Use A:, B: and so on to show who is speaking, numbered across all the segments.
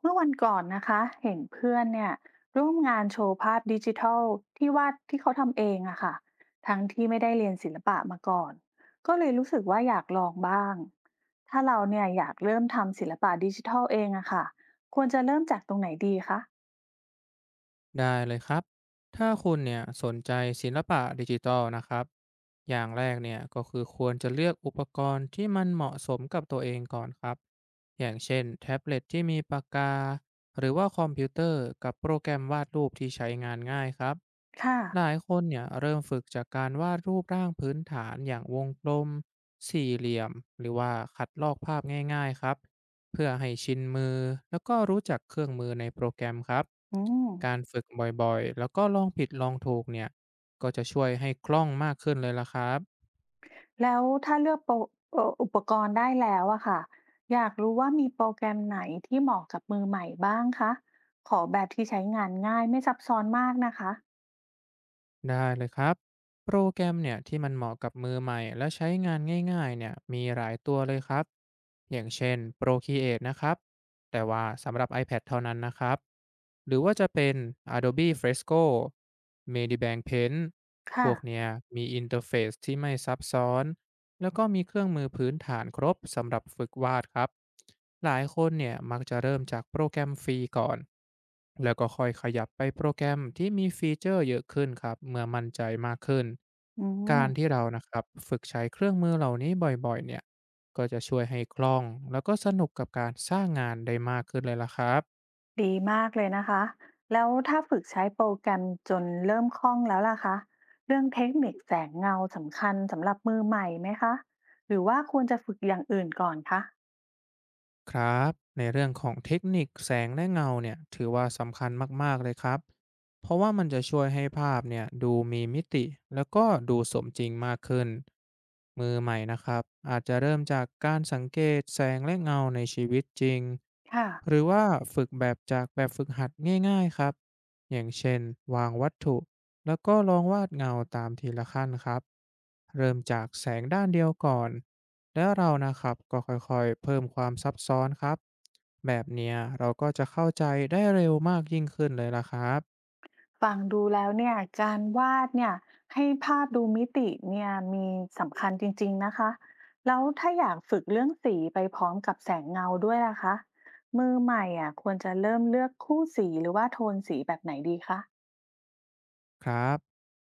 A: เมื่อวันก่อนนะคะเห็นเพื่อนเนี่ยร่วมงานโชว์ภาพดิจิทัลที่วาดที่เขาทำเองอะค่ะทั้งที่ไม่ได้เรียนศิลปะมาก่อนก็เลยรู้สึกว่าอยากลองบ้างถ้าเราเนี่ยอยากเริ่มทำศิลปะดิจิทัลเองอะค่ะควรจะเริ่มจากตรงไหนดีคะ
B: ได้เลยครับ ถ้าคุณเนี่ยสนใจศิลปะดิจิทัลนะครับ อย่างแรกเนี่ยก็คือควรจะเลือกอุปกรณ์ที่มันเหมาะสมกับตัวเองก่อนครับอย่างเช่นแท็บเล็ตที่มีปากกาหรือว่าคอมพิวเตอร์กับโปรแกรมวาดรูปที่ใช้งานง่ายครับ
A: ค่ะ
B: หลายคนเนี่ยเริ่มฝึกจากการวาดรูปร่างพื้นฐานอย่างวงกลมสี่เหลี่ยมหรือว่าคัดลอกภาพง่ายๆครับ เพื่อให้ชินมือแล้วก็รู้จักเครื่องมือในโปรแกรมครับ
A: อืม
B: การฝึกบ่อยๆแล้วก็ลองผิดลองถูกเนี่ยก็จะช่วยให้คล่องมากขึ้นเลยละครับ
A: แล้วถ้าเลือกโปรอุปกรณ์ได้แล้วอะค่ะอยากรู้ว่ามีโปรแกรมไหนที่เหมาะกับมือใหม่บ้างคะขอแบบที่ใช้งานง่ายไม่ซับซ้อนมากนะคะ
B: ได้เลยครับโปรแกรมเนี่ยที่มันเหมาะกับมือใหม่และใช้งานง่ายๆเนี่ยมีหลายตัวเลยครับอย่างเช่น Procreate นะครับแต่ว่าสำหรับ iPad เท่านั้นนะครับหรือว่าจะเป็น Adobe Fresco Medibank Paint พ
A: ค่ะ
B: วกเนี้ยมีอินเทอร์เฟซที่ไม่ซับซ้อน แล้วก็มีเครื่องมือพื้นฐานครบสำหรับฝึกวาดครับหลายคนเนี่ยมักจะเริ่มจากโปรแกรมฟรีก่อนแล้วก็ค่อยขยับไปโปรแกรมที่มีฟีเจอร์เยอะขึ้นครับเมื่อมั่นใจมากขึ้น
A: อืม
B: การที่เรานะครับฝึกใช้เครื่องมือเหล่านี้บ่อยๆเนี่ยก็จะช่วยให้คล่องแล้วก็สนุกกับการสร้างงานได้มากขึ้นเลยล่ะครับ
A: ดีมากเลยนะคะแล้วถ้าฝึกใช้โปรแกรมจนเริ่มคล่องแล้วล่ะคะเรื่องเทคนิคแสงเงาสำคัญสำหรับมือใหม่ไหมคะหรือว่าควรจะฝึกอย่างอื่นก่อนคะ
B: ครับในเรื่องของเทคนิคแสงและเงาเนี่ยถือว่าสำคัญมากๆเลยครับเพราะว่ามันจะช่วยให้ภาพเนี่ยดูมีมิติแล้วก็ดูสมจริงมากขึ้นมือใหม่นะครับอาจจะเริ่มจากการสังเกตแสงและเงาในชีวิตจริง
A: ค่ะ
B: หรือว่าฝึกแบบจากแบบฝึกหัดง่ายๆครับอย่างเช่นวางวัตถุแล้วก็ลองวาดเงาตามทีละขั้นครับเริ่มจากแสงด้านเดียวก่อน แล้วเรานะครับก็ค่อยๆเพิ่มความซับซ้อนครับแบบเนี้ยเราก็จะเข้าใจได้เร็วมากยิ่งขึ้นเลยล่ะครับ
A: ฟังดูแล้วเนี่ยการวาดเนี่ยให้ภาพดูมิติเนี่ยมีสำคัญจริงๆนะคะแล้วถ้าอยากฝึกเรื่องสีไปพร้อมกับแสงเงาด้วยล่ะคะมือใหม่อ่ะควรจะเริ่มเลือกคู่สีหรือว่าโทนสีแบบไหนดีคะ
B: ครับ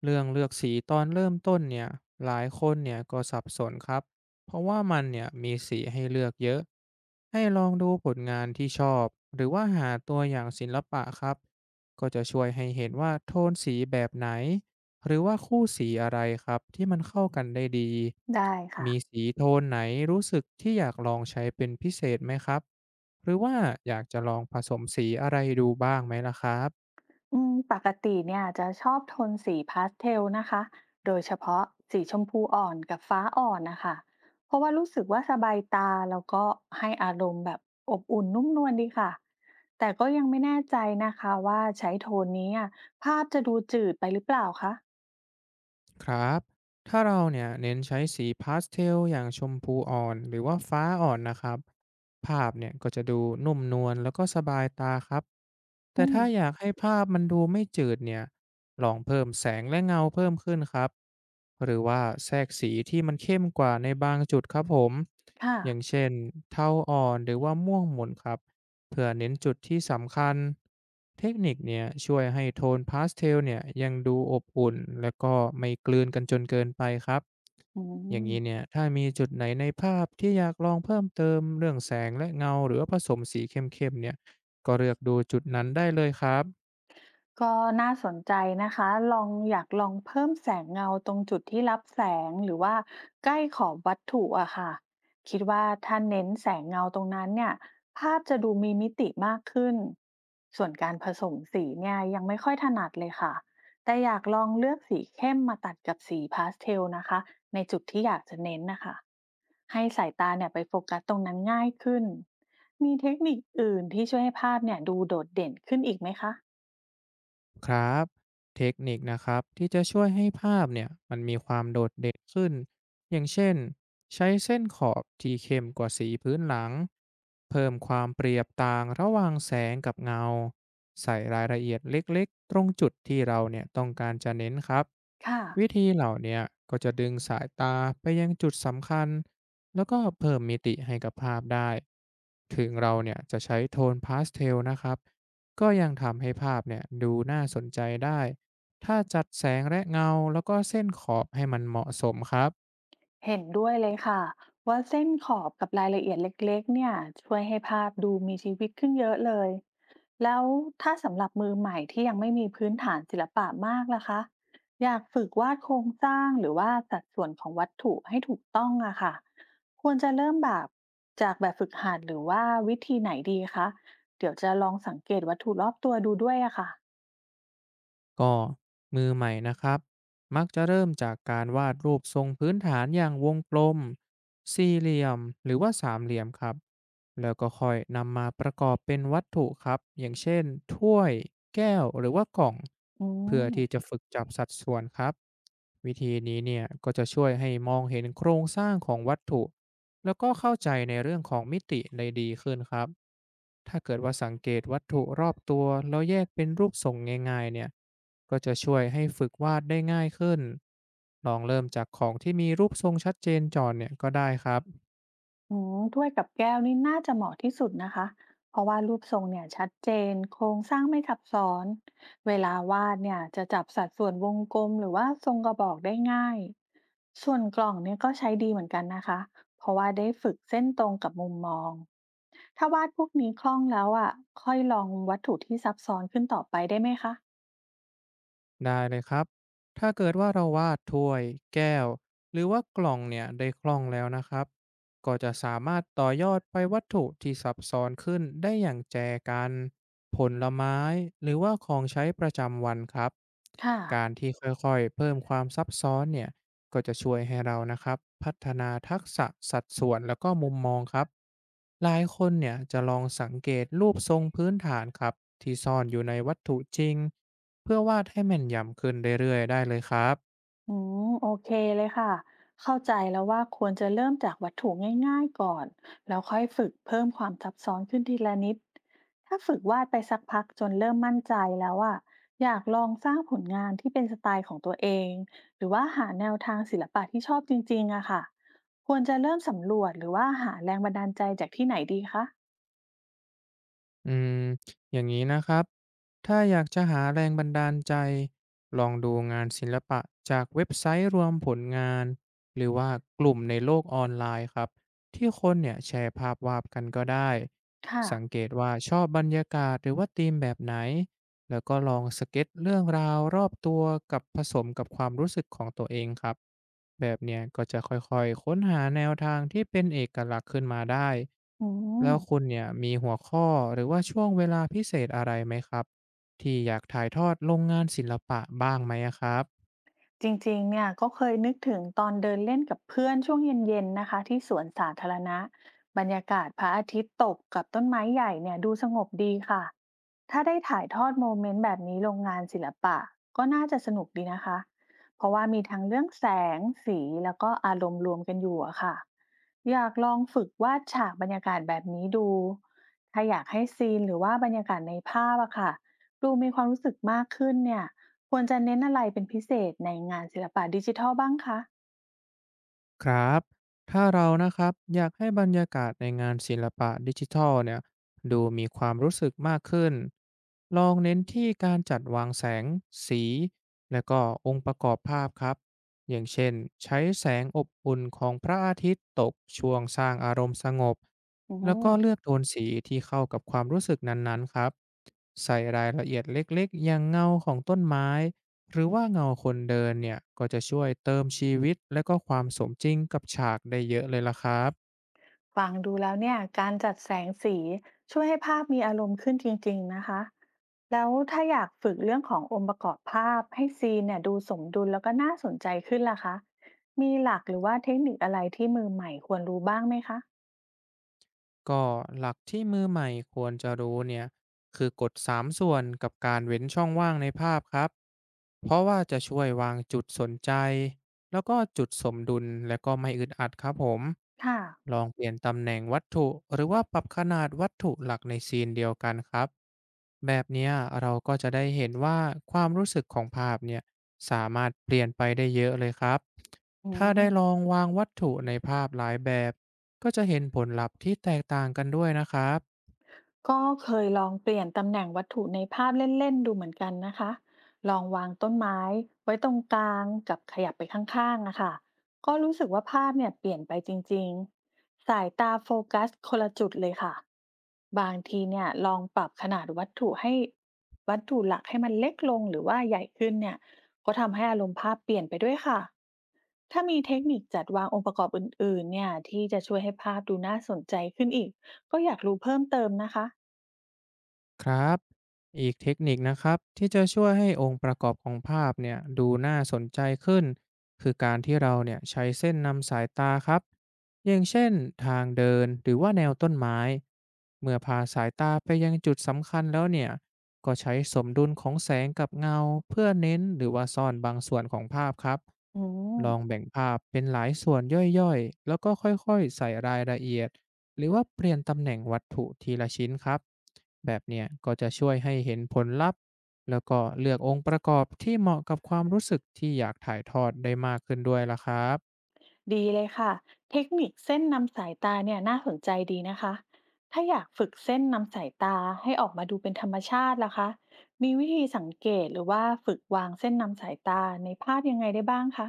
B: เรื่องเลือกสีตอนเริ่มต้นเนี่ยหลายคนเนี่ยก็สับสนครับเพราะว่ามันเนี่ยมีสีให้เลือกเยอะให้ลองดูผลงานที่ชอบหรือว่าหาตัวอย่างศิลปะครับก็จะช่วยให้เห็นว่าโทนสีแบบไหนหรือว่าคู่สีอะไรครับที่มันเข้ากันได้ดี
A: ได้ค่ะ
B: มีสีโทนไหนรู้สึกที่อยากลองใช้เป็นพิเศษไหมครับหรือว่าอยากจะลองผสมสีอะไรดูบ้างไหมล่ะครับ
A: อืมปกติเนี่ยจะชอบโทนสีพาสเทลนะคะ โดยเฉพาะสีชมพูอ่อนกับฟ้าอ่อนนะคะ เพราะว่ารู้สึกว่าสบายตาแล้วก็ให้อารมณ์แบบอบอุ่นนุ่มนวลดีค่ะ แต่ก็ยังไม่แน่ใจนะคะว่าใช้โทนนี้อ่ะภาพจะดูจืดไปหรือเปล่าคะ
B: ครับ ถ้าเราเนี่ยเน้นใช้สีพาสเทลอย่างชมพูอ่อนหรือว่าฟ้าอ่อนนะครับ ภาพเนี่ยก็จะดูนุ่มนวลแล้วก็สบายตาครับ
A: อื
B: แต่
A: ม
B: ถ้าอยากให้ภาพมันดูไม่จืดเนี่ยลองเพิ่มแสงและเงาเพิ่มขึ้นครับ หรือว่าแทรกสีที่มันเข้มกว่าในบางจุดครับผม
A: ค่ะ
B: อย่างเช่นเทาอ่อนหรือว่าม่วงหมุนครับ เพื่อเน้นจุดที่สำคัญเทคนิคเนี่ยช่วยให้โทนพาสเทลเนี่ยยังดูอบอุ่นและก็ไม่กลืนกันจนเกินไปครับ
A: อื
B: อย่า
A: ม
B: งนี้เนี่ยถ้ามีจุดไหนในภาพที่อยากลองเพิ่มเติมเรื่องแสงและเงาหรือว่าผสมสีเข้มๆเนี่ยก็เลือกดูจุดนั้นได้เลยครับ
A: ก็น่าสนใจนะคะลองอยากลองเพิ่มแสงเงาตรงจุดที่รับแสงหรือว่าใกล้ขอบวัตถุอะค่ะคิดว่าถ้าเน้นแสงเงาตรงนั้นเนี่ยภาพจะดูมีมิติมากขึ้น ส่วนการผสมสีเนี่ยยังไม่ค่อยถนัดเลยค่ะแต่อยากลองเลือกสีเข้มมาตัดกับสีพาสเทลนะคะในจุดที่อยากจะเน้นนะคะให้สายตาเนี่ยไปโฟกัสตรงนั้นง่ายขึ้นมีเทคนิคอื่นที่ช่วยให้ภาพเนี่ยดูโดดเด่นขึ้นอีกไหมคะ
B: ครับเทคนิคนะครับที่จะช่วยให้ภาพเนี่ยมันมีความโดดเด่นขึ้นอย่างเช่นใช้เส้นขอบที่เข้มกว่าสีพื้นหลังเพิ่มความเปรียบต่างระหว่างแสงกับเงาใส่รายละเอียดเล็กๆตรงจุดที่เราเนี่ยต้องการจะเน้นครับ
A: ค่ะ
B: วิธีเหล่าเนี้ก็จะดึงสายตาไปยังจุดสำคัญแล้วก็เพิ่มมิติให้กับภาพได้ถึงเราเนี่ยจะใช้โทนพาสเทลนะครับ ก็ยังทำให้ภาพเนี่ยดูน่าสนใจได้ถ้าจัดแสงและเงาแล้วก็เส้นขอบให้มันเหมาะสมครับ
A: เห็นด้วยเลยค่ะว่าเส้นขอบกับรายละเอียดเล็กๆเนี่ยช่วยให้ภาพดูมีชีวิตขึ้นเยอะเลยแล้วถ้าสำหรับมือใหม่ที่ยังไม่มีพื้นฐานศิลปะมากล่ะคะอยากฝึกวาดโครงสร้างหรือว่าสัดส่วนของวัตถุให้ถูกต้องอะค่ะควรจะเริ่มแบบจากแบบฝึกหัดหรือว่าวิธีไหนดีคะเดี๋ยวจะลองสังเกตวัตถุรอบตัวดูด้วยอะค่ะ
B: ก็มือใหม่นะครับมักจะเริ่มจากการวาดรูปทรงพื้นฐานอย่างวงกลมสี่เหลี่ยมหรือว่าสามเหลี่ยมครับแล้วก็ค่อยนำมาประกอบเป็นวัตถุครับอย่างเช่นถ้วยแก้วหรือว่ากล่อง
A: อื
B: เพื่อ
A: ม
B: ที่จะฝึกจับสัดส่วนครับวิธีนี้เนี่ยก็จะช่วยให้มองเห็นโครงสร้างของวัตถุ แล้วก็เข้าใจในเรื่องของมิติได้ดีขึ้นครับ ถ้าเกิดว่าสังเกตวัตถุรอบตัวแล้วแยกเป็นรูปทรงง่ายๆเนี่ยก็จะช่วยให้ฝึกวาดได้ง่ายขึ้น ลองเริ่มจากของที่มีรูปทรงชัดเจนจอนเนี่ยก็ได้ครับ
A: อืมถ้วยกับแก้วนี่น่าจะเหมาะที่สุดนะคะเพราะว่ารูปทรงเนี่ยชัดเจนโครงสร้างไม่ซับซ้อนเวลาวาดเนี่ยจะจับสัดส่วนวงกลมหรือว่าทรงกระบอกได้ง่ายส่วนกล่องเนี่ยก็ใช้ดีเหมือนกันนะคะเพราะว่าได้ฝึกเส้นตรงกับมุมมองถ้าวาดพวกนี้คล่องแล้วอ่ะค่อยลองวัตถุที่ซับซ้อนขึ้นต่อไปได้ไหมคะ
B: ได้เลยครับ ถ้าเกิดว่าเราวาดถ้วยแก้วหรือว่ากล่องเนี่ยได้คล่องแล้วนะครับ ก็จะสามารถต่อยอดไปวัตถุที่ซับซ้อนขึ้นได้อย่างแจกันผลไม้หรือว่าของใช้ประจำวันครับ
A: ค่ะ
B: การที่ค่อยๆเพิ่มความซับซ้อนเนี่ยก็จะช่วยให้เรานะครับพัฒนาทักษะสัดส่วนแล้วก็มุมมองครับ หลายคนเนี่ยจะลองสังเกตรูปทรงพื้นฐานครับที่ซ่อนอยู่ในวัตถุจริง เพื่อวาดให้แม่นยำขึ้นเรื่อยๆได้เลยครับ
A: อืมโอเคเลยค่ะเข้าใจแล้วว่าควรจะเริ่มจากวัตถุง่ายๆก่อนแล้วค่อยฝึกเพิ่มความซับซ้อนขึ้นทีละนิดถ้าฝึกวาดไปสักพักจนเริ่มมั่นใจแล้วอะอยากลองสร้างผลงานที่เป็นสไตล์ของตัวเองหรือว่าหาแนวทางศิลปะที่ชอบจริงๆอะค่ะควรจะเริ่มสำรวจหรือว่าหาแรงบันดาลใจจากที่ไหนดีคะ
B: อืมอย่างนี้นะครับ ถ้าอยากจะหาแรงบันดาลใจ ลองดูงานศิลปะจากเว็บไซต์รวมผลงานหรือว่ากลุ่มในโลกออนไลน์ครับ ที่คนเนี่ยแชร์ภาพวาดกันก็ได้
A: ค่ะ
B: สังเกตว่าชอบบรรยากาศหรือว่าธีมแบบไหน แล้วก็ลองสเก็ตเรื่องราวรอบตัวกับผสมกับความรู้สึกของตัวเองครับแบบเนี้ยก็จะค่อยๆค้นหาแนวทางที่เป็นเอกลักษณ์ขึ้นมาได้
A: อื
B: แล้
A: ม
B: วคุณเนี่ยมีหัวข้อหรือว่าช่วงเวลาพิเศษอะไรไหมครับที่อยากถ่ายทอดลงงานศิลปะบ้างไหมอะครับ
A: จริงๆเนี่ยก็เคยนึกถึงตอนเดินเล่นกับเพื่อนช่วงเย็นๆ นะคะที่สวนสาธารณะบรรยากาศพระอาทิตย์ตกกับต้นไม้ใหญ่เนี่ยดูสงบดีค่ะถ้าได้ถ่ายทอดโมเมนต์แบบนี้ลงงานศิลปะก็น่าจะสนุกดีนะคะเพราะว่ามีทั้งเรื่องแสงสีแล้วก็อารมณ์รวมกันอยู่อะค่ะอยากลองฝึกวาดฉากบรรยากาศแบบนี้ดูถ้าอยากให้ซีนหรือว่าบรรยากาศในภาพอะค่ะดูมีความรู้สึกมากขึ้นเนี่ย ควรจะเน้นอะไรเป็นพิเศษในงานศิลปะดิจิทัลบ้างคะ
B: ครับถ้าเรานะครับอยากให้บรรยากาศในงานศิลปะดิจิทัลเนี่ยดูมีความรู้สึกมากขึ้น ลองเน้นที่การจัดวางแสงสีและก็องค์ประกอบภาพครับ อย่างเช่นใช้แสงอบอุ่นของพระอาทิตย์ตกช่วงสร้างอารมณ์สงบ
A: อื
B: แล้ว
A: ม
B: ก็เลือกโทนสีที่เข้ากับความรู้สึกนั้นๆครับ ใส่รายละเอียดเล็กๆอย่างเงาของต้นไม้ หรือว่าเงาคนเดินเนี่ยก็จะช่วยเติมชีวิตและก็ความสมจริงกับฉากได้เยอะเลยล่ะครับ
A: ฟังดูแล้วเนี่ยการจัดแสงสีช่วยให้ภาพมีอารมณ์ขึ้นจริงๆนะคะ แล้วถ้าอยากฝึกเรื่องขององค์ประกอบภาพให้ซีนเนี่ยดูสมดุลแล้วก็น่าสนใจขึ้นล่ะคะ มีหลักหรือว่าเทคนิคอะไรที่มือใหม่ควรรู้บ้างไหมคะ
B: ก็หลักที่มือใหม่ควรจะรู้เนี่ยคือกฎ3ส่วนกับการเว้นช่องว่างในภาพครับเพราะว่าจะช่วยวางจุดสนใจแล้วก็จุดสมดุลและก็ไม่อึดอัดครับผม
A: ค่ะ
B: ลองเปลี่ยนตำแหน่งวัตถุหรือว่าปรับขนาดวัตถุหลักในซีนเดียวกันครับแบบเนี้ยเราก็จะได้เห็นว่าความรู้สึกของภาพเนี่ยสามารถเปลี่ยนไปได้เยอะเลยครับ
A: อื
B: ถ้า
A: ม
B: ได้ลองวางวัตถุในภาพหลายแบบ ก็จะเห็นผลลัพธ์ที่แตกต่างกันด้วยนะครับ
A: ก็เคยลองเปลี่ยนตำแหน่งวัตถุในภาพเล่นๆดูเหมือนกันนะคะ ลองวางต้นไม้ไว้ตรงกลางกับขยับไปข้างๆอะค่ะ ก็รู้สึกว่าภาพเนี่ยเปลี่ยนไปจริงๆสายตาโฟกัสคนละจุดเลยค่ะบางทีเนี่ยลองปรับขนาดวัตถุให้วัตถุหลักให้มันเล็กลงหรือว่าใหญ่ขึ้นเนี่ยก็ทำให้อารมณ์ภาพเปลี่ยนไปด้วยค่ะถ้ามีเทคนิคจัดวางองค์ประกอบอื่นๆเนี่ยที่จะช่วยให้ภาพดูน่าสนใจขึ้นอีกก็อยากรู้เพิ่มเติมนะคะ
B: ครับอีกเทคนิคนะครับที่จะช่วยให้องค์ประกอบของภาพเนี่ยดูน่าสนใจขึ้นคือการที่เราเนี่ยใช้เส้นนำสายตาครับอย่างเช่นทางเดินหรือว่าแนวต้นไม้เมื่อพาสายตาไปยังจุดสำคัญแล้วเนี่ยก็ใช้สมดุลของแสงกับเงาเพื่อเน้นหรือว่าซ่อนบางส่วนของภาพครับ
A: อืม
B: ลองแบ่งภาพเป็นหลายส่วนย่อยๆแล้วก็ค่อยๆใส่รายละเอียด หรือว่าเปลี่ยนตำแหน่งวัตถุทีละชิ้นครับแบบเนี้ยก็จะช่วยให้เห็นผลลัพธ์แล้วก็เลือกองค์ประกอบที่เหมาะกับความรู้สึกที่อยากถ่ายทอดได้มากขึ้นด้วยละครับ
A: ดีเลยค่ะเทคนิคเส้นนำสายตาเนี่ยน่าสนใจดีนะคะถ้าอยากฝึกเส้นนำสายตาให้ออกมาดูเป็นธรรมชาติล่ะคะมีวิธีสังเกตหรือว่าฝึกวางเส้นนำสายตาในภาพยังไงได้บ้างคะ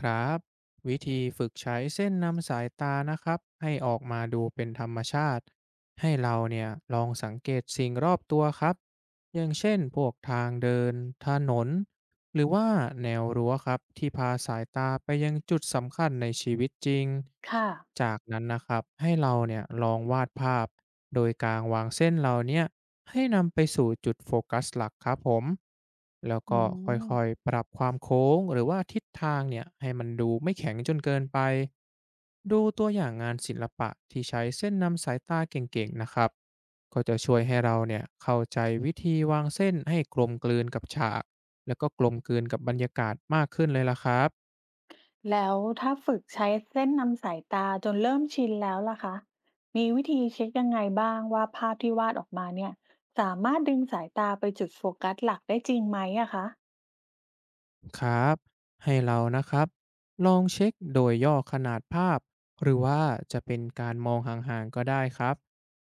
B: ครับวิธีฝึกใช้เส้นนำสายตานะครับให้ออกมาดูเป็นธรรมชาติให้เราเนี่ยลองสังเกตสิ่งรอบตัวครับอย่างเช่นพวกทางเดินถนน หรือว่าแนวรั้วครับที่พาสายตาไปยังจุดสำคัญในชีวิตจริง
A: ค่ะ
B: จากนั้นนะครับให้เราเนี่ยลองวาดภาพโดยการวางเส้นเราเนี่ยให้นำไปสู่จุดโฟกัสหลักครับผมแล้ว
A: อื
B: ก็ค่
A: ม
B: อยๆปรับความโค้งหรือว่าทิศทางเนี่ยให้มันดูไม่แข็งจนเกินไปดูตัวอย่างงานศิลปะที่ใช้เส้นนำสายตาเก่งๆนะครับก็จะช่วยให้เราเนี่ยเข้าใจวิธีวางเส้นให้กลมกลืนกับฉาก แล้วก็กลมกลืนกับบรรยากาศมากขึ้นเลยล่ะครับ
A: แล้วถ้าฝึกใช้เส้นนำสายตาจนเริ่มชินแล้วล่ะคะมีวิธีเช็คยังไงบ้างว่าภาพที่วาดออกมาเนี่ยสามารถดึงสายตาไปจุดโฟกัสหลักได้จริงไหมอะคะ
B: ครับให้เรานะครับลองเช็คโดยย่อขนาดภาพหรือว่าจะเป็นการมองห่างๆก็ได้ครับ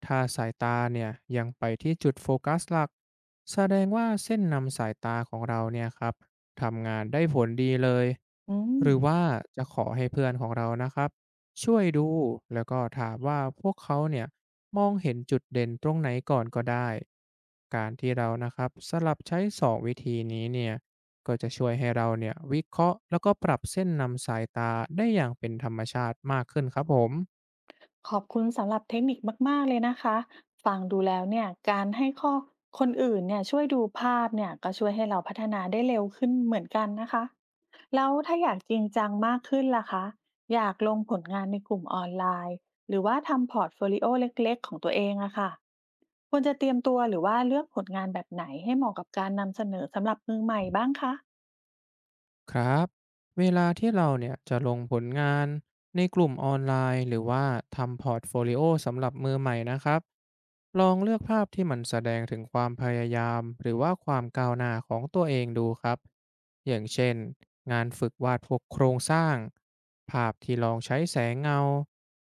B: ถ้าสายตาเนี่ยยังไปที่จุดโฟกัสหลักแสดงว่าเส้นนำสายตาของเราเนี่ยครับทำงานได้ผลดีเลย
A: อื
B: ห
A: ม
B: รือว่าจะขอให้เพื่อนของเรานะครับช่วยดูแล้วก็ถามว่าพวกเขาเนี่ยมองเห็นจุดเด่นตรงไหนก่อนก็ได้การที่เรานะครับสลับใช้สองวิธีนี้เนี่ย ก็จะช่วยให้เราเนี่ยวิเคราะห์แล้วก็ปรับเส้นนำสายตาได้อย่างเป็นธรรมชาติมากขึ้นครับผม
A: ขอบคุณสำหรับเทคนิคมากๆเลยนะคะ ฟังดูแล้วเนี่ยการให้ข้อคนอื่นเนี่ยช่วยดูภาพเนี่ยก็ช่วยให้เราพัฒนาได้เร็วขึ้นเหมือนกันนะคะ แล้วถ้าอยากจริงจังมากขึ้นล่ะคะอยากลงผลงานในกลุ่มออนไลน์หรือว่าทำพอร์ตโฟลิโอเล็กๆของตัวเองอะค่ะควรจะเตรียมตัวหรือว่าเลือกผลงานแบบไหนให้เหมาะกับการนำเสนอสำหรับมือใหม่บ้างคะ
B: ครับเวลาที่เราเนี่ยจะลงผลงานในกลุ่มออนไลน์หรือว่าทำพอร์ตโฟลิโอสำหรับมือใหม่นะครับลองเลือกภาพที่มันแสดงถึงความพยายามหรือว่าความก้าวหน้าของตัวเองดูครับอย่างเช่นงานฝึกวาดพวกโครงสร้างภาพที่ลองใช้แสงเงา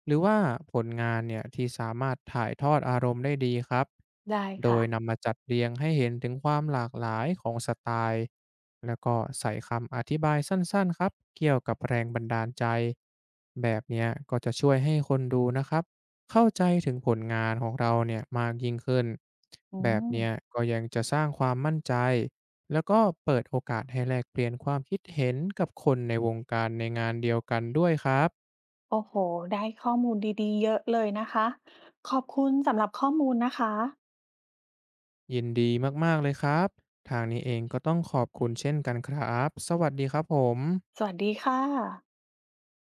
B: หรือว่าผลงานเนี่ยที่สามารถถ่ายทอดอารมณ์ได้ดีครับ
A: ได้
B: โด
A: ค่ะ
B: ยนำมาจัดเรียงให้เห็นถึงความหลากหลายของสไตล์แล้วก็ใส่คำอธิบายสั้นๆครับเกี่ยวกับแรงบันดาลใจแบบเนี้ยก็จะช่วยให้คนดูนะครับเข้าใจถึงผลงานของเราเนี่ยมากยิ่งขึ้น
A: อื
B: แบบ
A: ม
B: เนี้ยก็ยังจะสร้างความมั่นใจแล้วก็เปิดโอกาสให้แลกเปลี่ยนความคิดเห็นกับคนในวงการในงานเดียวกันด้วยครับ
A: โอ้โห ได้ข้อมูลดีๆเยอะเลยนะคะ ขอบคุณสำหรับข้อมูลนะคะ
B: ยินดีมากๆเลยครับทางนี้เองก็ต้องขอบคุณเช่นกันครับสวัสดีครับผม
A: สวัสดีค่ะ